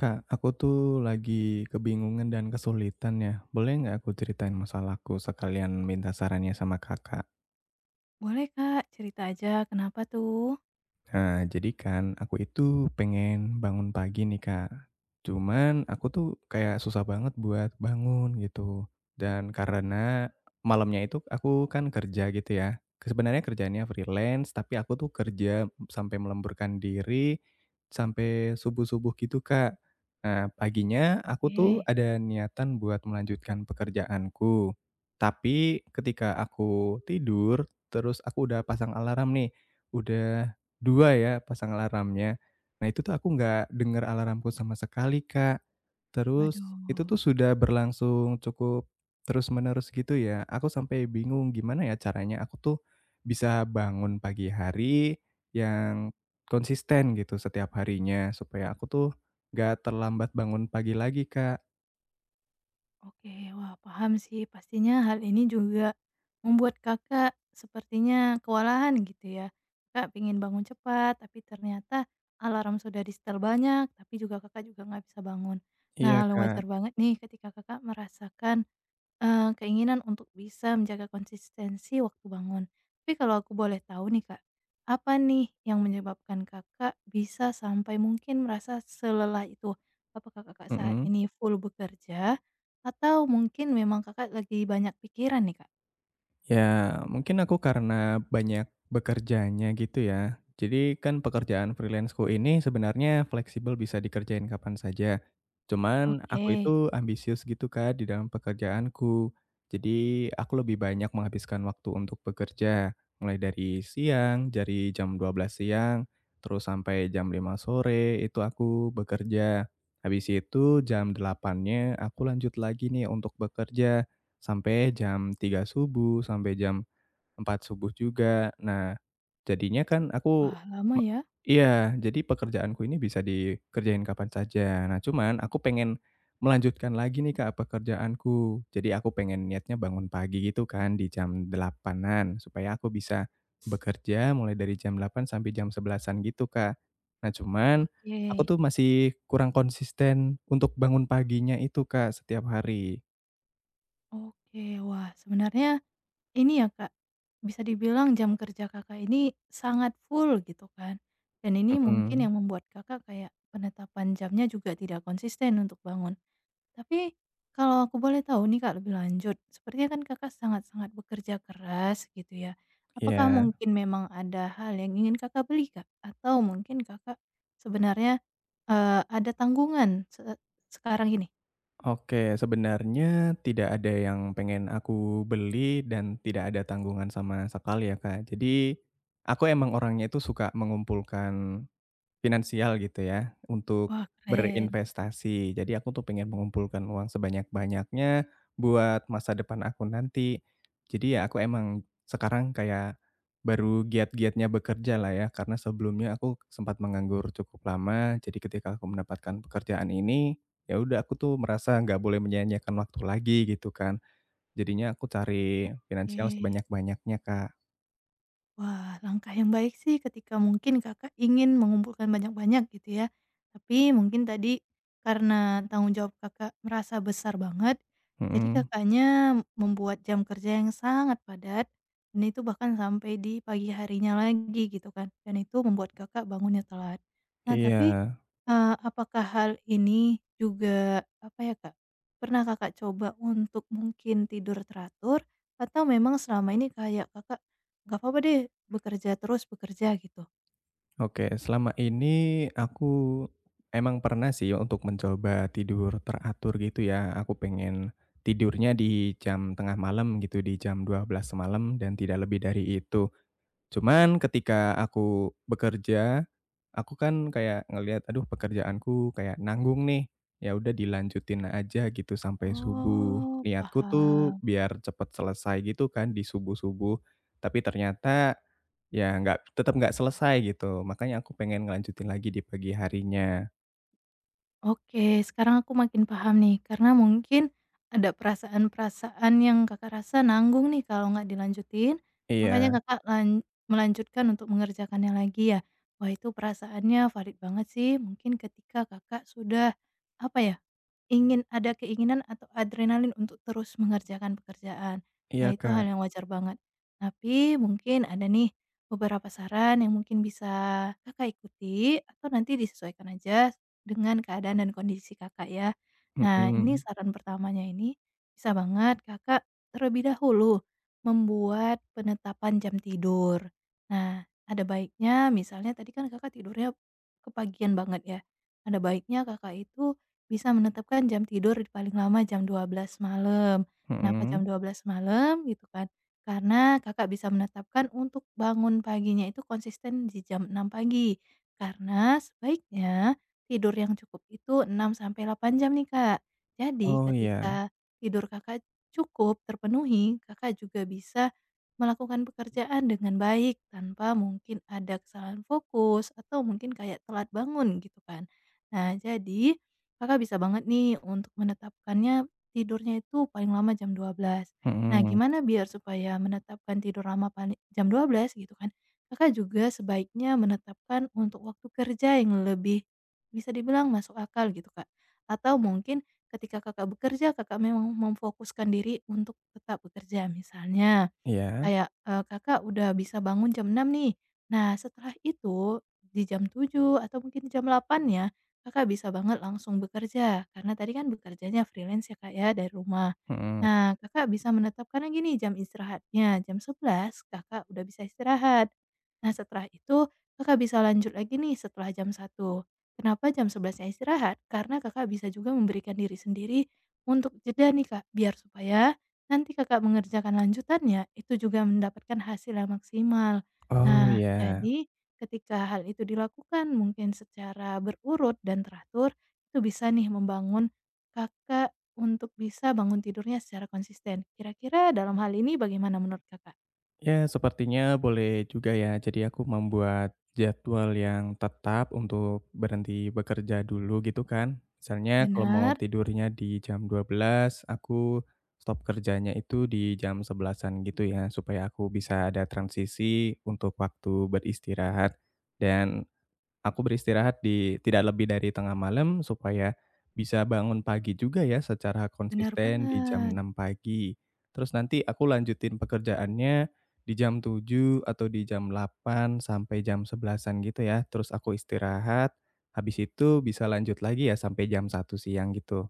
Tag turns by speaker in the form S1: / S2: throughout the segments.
S1: Kak, aku tuh lagi kebingungan dan kesulitan ya. Boleh nggak aku ceritain masalahku sekalian minta sarannya sama kakak?
S2: Boleh Kak, cerita aja kenapa tuh?
S1: Nah, jadi kan aku itu pengen bangun pagi nih, Kak. Cuman aku tuh kayak susah banget buat bangun gitu. Dan karena malamnya itu aku kan kerja gitu ya. Sebenarnya kerjanya freelance, tapi aku tuh kerja sampai melemburkan diri sampai subuh-subuh gitu, Kak. Nah, paginya aku tuh
S2: Oke.
S1: ada niatan buat melanjutkan pekerjaanku. Tapi ketika aku tidur, terus aku udah pasang alarm nih. Udah 2 ya, pasang alarmnya. Nah, itu tuh aku nggak denger alarmku sama sekali, Kak. Terus itu
S2: Waduh,
S1: tuh sudah berlangsung cukup terus-menerus gitu ya. Aku sampai bingung gimana ya caranya aku tuh bisa bangun pagi hari yang konsisten gitu setiap harinya, supaya aku tuh nggak terlambat bangun pagi lagi, Kak.
S2: oke, wah paham sih pastinya hal ini juga membuat Kakak sepertinya kewalahan gitu ya. Kakak pingin bangun cepat tapi ternyata alarm sudah di-setel banyak, tapi juga Kakak juga nggak bisa bangun.
S1: Iya,
S2: Nah, lo wajar
S1: Kak.
S2: banget nih ketika Kakak merasakan keinginan untuk bisa menjaga konsistensi waktu bangun. Tapi kalau aku boleh tahu nih, Kak, apa nih yang menyebabkan Kakak bisa sampai mungkin merasa selelah itu? Apakah Kakak saat
S1: Mhm.
S2: ini full bekerja atau mungkin memang Kakak lagi banyak pikiran nih, Kak?
S1: Ya, mungkin aku karena banyak bekerjanya gitu ya. Jadi kan pekerjaan freelance-ku ini sebenarnya fleksibel bisa dikerjain kapan saja. Cuman
S2: Oke.
S1: aku itu ambisius gitu Kak di dalam pekerjaanku. Jadi aku lebih banyak menghabiskan waktu untuk bekerja. Mulai dari siang, dari jam 12 siang, terus sampai jam 5 sore itu aku bekerja. Habis itu jam 8-nya aku lanjut lagi nih untuk bekerja. Sampai jam 3 subuh, sampai jam 4 subuh juga. Nah, jadinya kan aku
S2: Wah, lama
S1: me
S2: ya?
S1: iya, jadi pekerjaanku ini bisa dikerjain kapan saja. Nah, cuman aku pengen melanjutkan lagi nih, Kak, pekerjaanku. Jadi aku pengen niatnya bangun pagi gitu kan di jam 8.00-an supaya aku bisa bekerja mulai dari jam 8 sampai jam 11-an gitu, Kak. Nah, cuman aku
S2: Oke.
S1: tuh masih kurang konsisten untuk bangun paginya itu, Kak, setiap hari.
S2: Oke, wah sebenarnya ini ya Kak, bisa dibilang jam kerja Kakak ini sangat full gitu kan, dan ini mungkin
S1: Mhm,
S2: yang membuat Kakak kayak penetapan jamnya juga tidak konsisten untuk bangun. Tapi kalau aku boleh tahu nih Kak lebih lanjut, sepertinya kan Kakak sangat-sangat bekerja keras gitu ya. Apakah
S1: iya.
S2: mungkin memang ada hal yang ingin Kakak beli Kak? Atau mungkin Kakak sebenarnya, ada tanggungan sekarang ini?
S1: Oke, sebenarnya tidak ada yang pengen aku beli dan tidak ada tanggungan sama sekali ya, Kak. Jadi, aku emang orangnya itu suka mengumpulkan finansial gitu ya, untuk
S2: Wah keren,
S1: berinvestasi. Jadi aku tuh pengen mengumpulkan uang sebanyak-banyaknya buat masa depan aku nanti. Jadi ya aku emang sekarang kayak baru giat-giatnya bekerja lah ya, karena sebelumnya aku sempat menganggur cukup lama. Jadi ketika aku mendapatkan pekerjaan ini, ya udah aku tuh merasa nggak boleh menyia-nyiakan waktu lagi gitu kan. Jadinya aku cari
S2: oke.
S1: finansial sebanyak-banyaknya, Kak.
S2: Wah, langkah yang baik sih ketika mungkin Kakak ingin mengumpulkan banyak-banyak gitu ya. Tapi mungkin tadi karena tanggung jawab Kakak merasa besar banget, jadi
S1: Mhm,
S2: Kakaknya membuat jam kerja yang sangat padat dan itu bahkan sampai di pagi harinya lagi gitu kan. Dan itu membuat Kakak bangunnya telat. Nah,
S1: iya.
S2: tapi, apakah hal ini juga apa ya, Kak, pernah Kakak coba untuk mungkin tidur teratur atau memang selama ini kayak Kakak nggak apa-apa deh, bekerja terus, bekerja gitu.
S1: Oke, selama ini aku emang pernah sih untuk mencoba tidur teratur gitu ya. Aku pengen tidurnya di jam tengah malam gitu, di jam 12 malam dan tidak lebih dari itu. Cuman ketika aku bekerja, aku kan kayak ngelihat, aduh pekerjaanku kayak nanggung nih, ya udah dilanjutin aja gitu sampai subuh.
S2: Oh,
S1: Niatku
S2: paham.
S1: tuh biar cepet selesai gitu kan di subuh-subuh, tapi ternyata ya nggak tetap nggak selesai gitu, makanya aku pengen ngelanjutin lagi di pagi harinya.
S2: Oke, sekarang aku makin paham nih, karena mungkin ada perasaan-perasaan yang Kakak rasa nanggung nih kalau nggak dilanjutin, makanya
S1: Iya,
S2: Kakak lan melanjutkan untuk mengerjakannya lagi ya. Wah, itu perasaannya valid banget sih, mungkin ketika Kakak sudah, apa ya, ingin ada keinginan atau adrenalin untuk terus mengerjakan pekerjaan.
S1: iya
S2: Nah, itu hal
S1: Kak,
S2: yang wajar banget. Tapi mungkin ada nih beberapa saran yang mungkin bisa Kakak ikuti atau nanti disesuaikan aja dengan keadaan dan kondisi Kakak ya. Nah, ini
S1: mhm,
S2: saran pertamanya ini bisa banget Kakak terlebih dahulu membuat penetapan jam tidur. Nah, ada baiknya misalnya tadi kan Kakak tidurnya kepagian banget ya. Ada baiknya Kakak itu bisa menetapkan jam tidur paling lama jam 12.00 malam. Kenapa
S1: mhm.
S2: jam 12.00 malam gitu kan, karena Kakak bisa menetapkan untuk bangun paginya itu konsisten di jam 6.00 pagi. Karena sebaiknya tidur yang cukup itu 6 sampai 8 jam nih, Kak. Jadi
S1: Oh iya,
S2: ketika tidur Kakak cukup terpenuhi, Kakak juga bisa melakukan pekerjaan dengan baik tanpa mungkin ada kesalahan fokus atau mungkin kayak telat bangun gitu kan. Nah jadi Kakak bisa banget nih untuk menetapkannya tidurnya itu paling lama jam 12. Nah,
S1: mhm,
S2: gimana biar supaya menetapkan tidur jam 12 gitu kan. Kakak juga sebaiknya menetapkan untuk waktu kerja yang lebih bisa dibilang masuk akal gitu, Kak. Atau mungkin ketika Kakak bekerja, Kakak memang memfokuskan diri untuk tetap bekerja misalnya
S1: iya,
S2: kayak, Kakak udah bisa bangun jam enam nih. Nah, setelah itu di jam tujuh atau mungkin di jam delapan ya, Kakak bisa banget langsung bekerja, karena tadi kan bekerjanya freelance ya, Kak, ya, dari rumah.
S1: mhm.
S2: Nah, Kakak bisa menetapkan lagi nih jam istirahatnya, jam sebelas Kakak udah bisa istirahat. Nah, setelah itu Kakak bisa lanjut lagi nih setelah jam satu. Kenapa jam 11.00-nya istirahat? Karena Kakak bisa juga memberikan diri sendiri untuk jeda nih, Kak, biar supaya nanti Kakak mengerjakan lanjutannya, itu juga mendapatkan hasil yang maksimal.
S1: Oh
S2: Nah,
S1: iya.
S2: jadi ketika hal itu dilakukan mungkin secara berurut dan teratur, itu bisa nih membangun Kakak untuk bisa bangun tidurnya secara konsisten. Kira-kira dalam hal ini bagaimana menurut Kakak?
S1: Ya, sepertinya boleh juga ya. Jadi aku membuat jadwal yang tetap untuk berhenti bekerja dulu gitu kan. Misalnya kalau mau
S2: Benar?
S1: tidurnya di jam 12 aku stop kerjanya itu di jam 11-an gitu ya, supaya aku bisa ada transisi untuk waktu beristirahat. Dan aku beristirahat di tidak lebih dari tengah malam supaya bisa bangun pagi juga ya secara
S2: Benar
S1: konsisten di jam
S2: banget.
S1: 6 pagi. Terus nanti aku lanjutin pekerjaannya di jam 7 atau di jam 8 sampai jam 11-an gitu ya. Terus aku istirahat, habis itu bisa lanjut lagi ya sampai jam 1 siang gitu.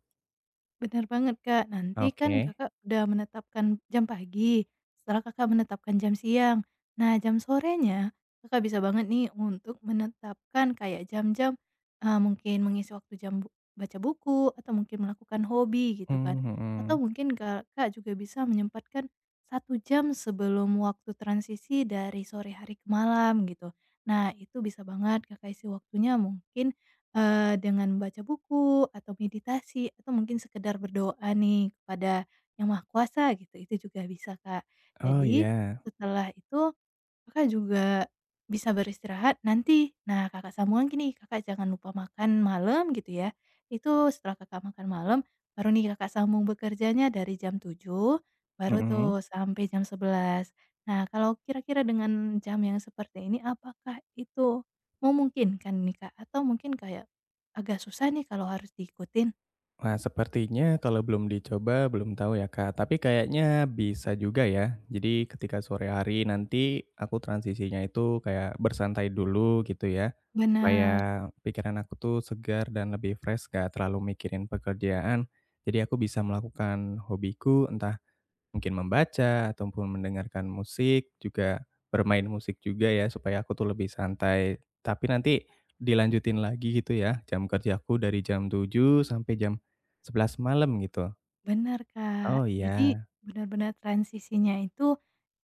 S2: Benar banget, Kak. Nanti kan
S1: Oke.
S2: Kakak udah menetapkan jam pagi, setelah Kakak menetapkan jam siang. Nah, jam sorenya Kakak bisa banget nih untuk menetapkan kayak jam-jam, mungkin mengisi waktu jam bu baca buku atau mungkin melakukan hobi gitu kan.
S1: Mmm, mhm.
S2: Atau mungkin Kakak juga bisa menyempatkan satu jam sebelum waktu transisi dari sore hari ke malam gitu. Nah, itu bisa banget Kakak isi waktunya mungkin dengan membaca buku atau meditasi atau mungkin sekedar berdoa nih kepada Yang Maha Kuasa gitu, itu juga bisa Kak.
S1: Oh,
S2: Jadi,
S1: iya.
S2: setelah itu Kakak juga bisa beristirahat nanti. Nah, Kakak sambungan gini, Kakak jangan lupa makan malam gitu ya. Itu setelah Kakak makan malam, baru nih Kakak sambung bekerjanya dari jam tujuh, baru
S1: Mhm.
S2: tuh sampai jam sebelas. Nah, kalau kira-kira dengan jam yang seperti ini, apakah itu memungkinkan nih, Kak? Atau mungkin kayak agak susah nih kalau harus diikutin?
S1: Wah, sepertinya kalau belum dicoba belum tahu ya, Kak, tapi kayaknya bisa juga ya. Jadi ketika sore hari nanti aku transisinya itu kayak bersantai dulu gitu ya, supaya
S2: Benar-benar
S1: pikiran aku tuh segar dan lebih fresh, gak terlalu mikirin pekerjaan. Jadi aku bisa melakukan hobiku entah mungkin membaca ataupun mendengarkan musik, juga bermain musik juga ya supaya aku tuh lebih santai. Tapi nanti dilanjutin lagi gitu ya, jam kerjaku dari jam 7 sampai jam 11 malam gitu? Oh
S2: Kak. Jadi
S1: iya,
S2: benar-benar transisinya itu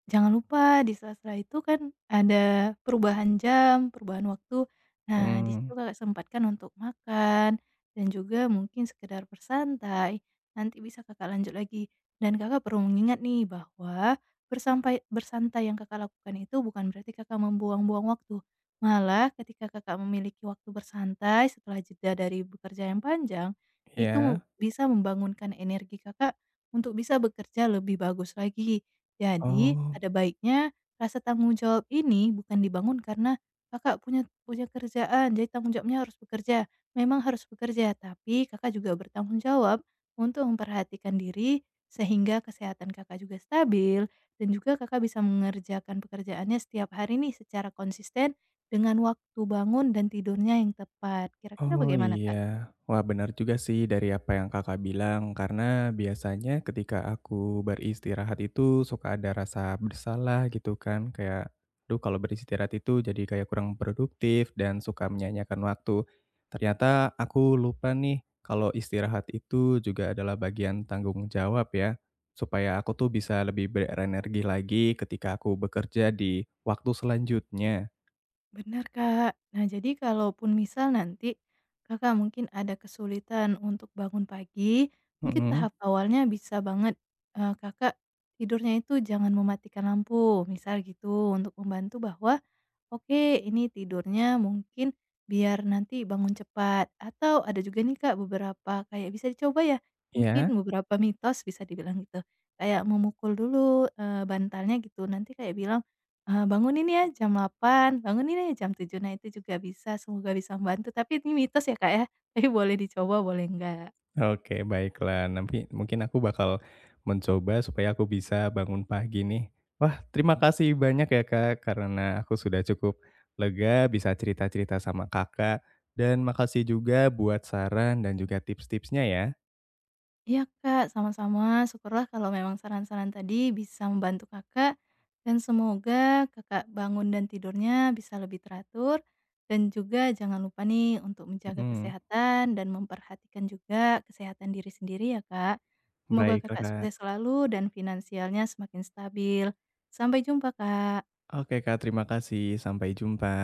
S2: jangan lupa di sela-sela itu kan ada perubahan jam, perubahan waktu. Nah, di situ
S1: hmm
S2: Kakak sempatkan untuk makan dan juga mungkin sekedar bersantai. Nanti bisa Kakak lanjut lagi dan Kakak perlu mengingat nih bahwa bersantai yang Kakak lakukan itu bukan berarti Kakak membuang-buang waktu. Malah ketika Kakak memiliki waktu bersantai setelah jeda dari bekerja yang panjang, itu
S1: iya,
S2: bisa membangunkan energi Kakak untuk bisa bekerja lebih bagus lagi. Jadi,
S1: oh.
S2: ada baiknya rasa tanggung jawab ini bukan dibangun karena Kakak punya punya kerjaan, jadi tanggung jawabnya harus bekerja. Memang harus bekerja, tapi Kakak juga bertanggung jawab untuk memperhatikan diri sehingga kesehatan Kakak juga stabil dan juga Kakak bisa mengerjakan pekerjaannya setiap hari nih secara konsisten dengan waktu bangun dan tidurnya yang tepat. Kira-kira
S1: Oh
S2: bagaimana, Kak?
S1: iya. Wah benar juga sih dari apa yang Kakak bilang, karena biasanya ketika aku beristirahat itu suka ada rasa bersalah gitu kan, kayak, "Duh kalau beristirahat itu jadi kayak kurang produktif dan suka menyia-nyiakan waktu." Ternyata aku lupa nih kalau istirahat itu juga adalah bagian tanggung jawab ya, supaya aku tuh bisa lebih berenergi lagi ketika aku bekerja di waktu selanjutnya.
S2: Benar, Kak. Nah, jadi kalaupun misal nanti Kakak mungkin ada kesulitan untuk bangun pagi, mungkin
S1: Mhm,
S2: tahap awalnya bisa banget, Kakak tidurnya itu jangan mematikan lampu, misal gitu, untuk membantu bahwa oke, ini tidurnya mungkin biar nanti bangun cepat, atau ada juga nih Kak beberapa kayak bisa dicoba ya, mungkin
S1: ya.
S2: beberapa mitos bisa dibilang gitu, kayak memukul dulu, bantalnya gitu, nanti kayak bilang, "Bangun ini ya jam delapan bangun ini ya jam tujuh." Nah itu juga bisa, semoga bisa membantu, tapi ini mitos ya Kak ya, tapi boleh dicoba boleh enggak.
S1: Oke, baiklah. Nanti mungkin aku bakal mencoba supaya aku bisa bangun pagi nih. Wah, terima kasih banyak ya Kak, karena aku sudah cukup lega bisa cerita-cerita sama Kakak. Dan makasih juga buat saran dan juga tips-tipsnya ya.
S2: Iya Kak, sama-sama. Syukurlah kalau memang saran-saran tadi bisa membantu Kakak, dan semoga Kakak bangun dan tidurnya bisa lebih teratur, dan juga jangan lupa nih untuk menjaga
S1: Mhm,
S2: kesehatan dan memperhatikan juga kesehatan diri sendiri ya Kak. Semoga
S1: baiklah
S2: Kakak
S1: Kak.
S2: sukses selalu dan finansialnya semakin stabil. Sampai jumpa Kak.
S1: Oke Kak, terima kasih. Sampai jumpa.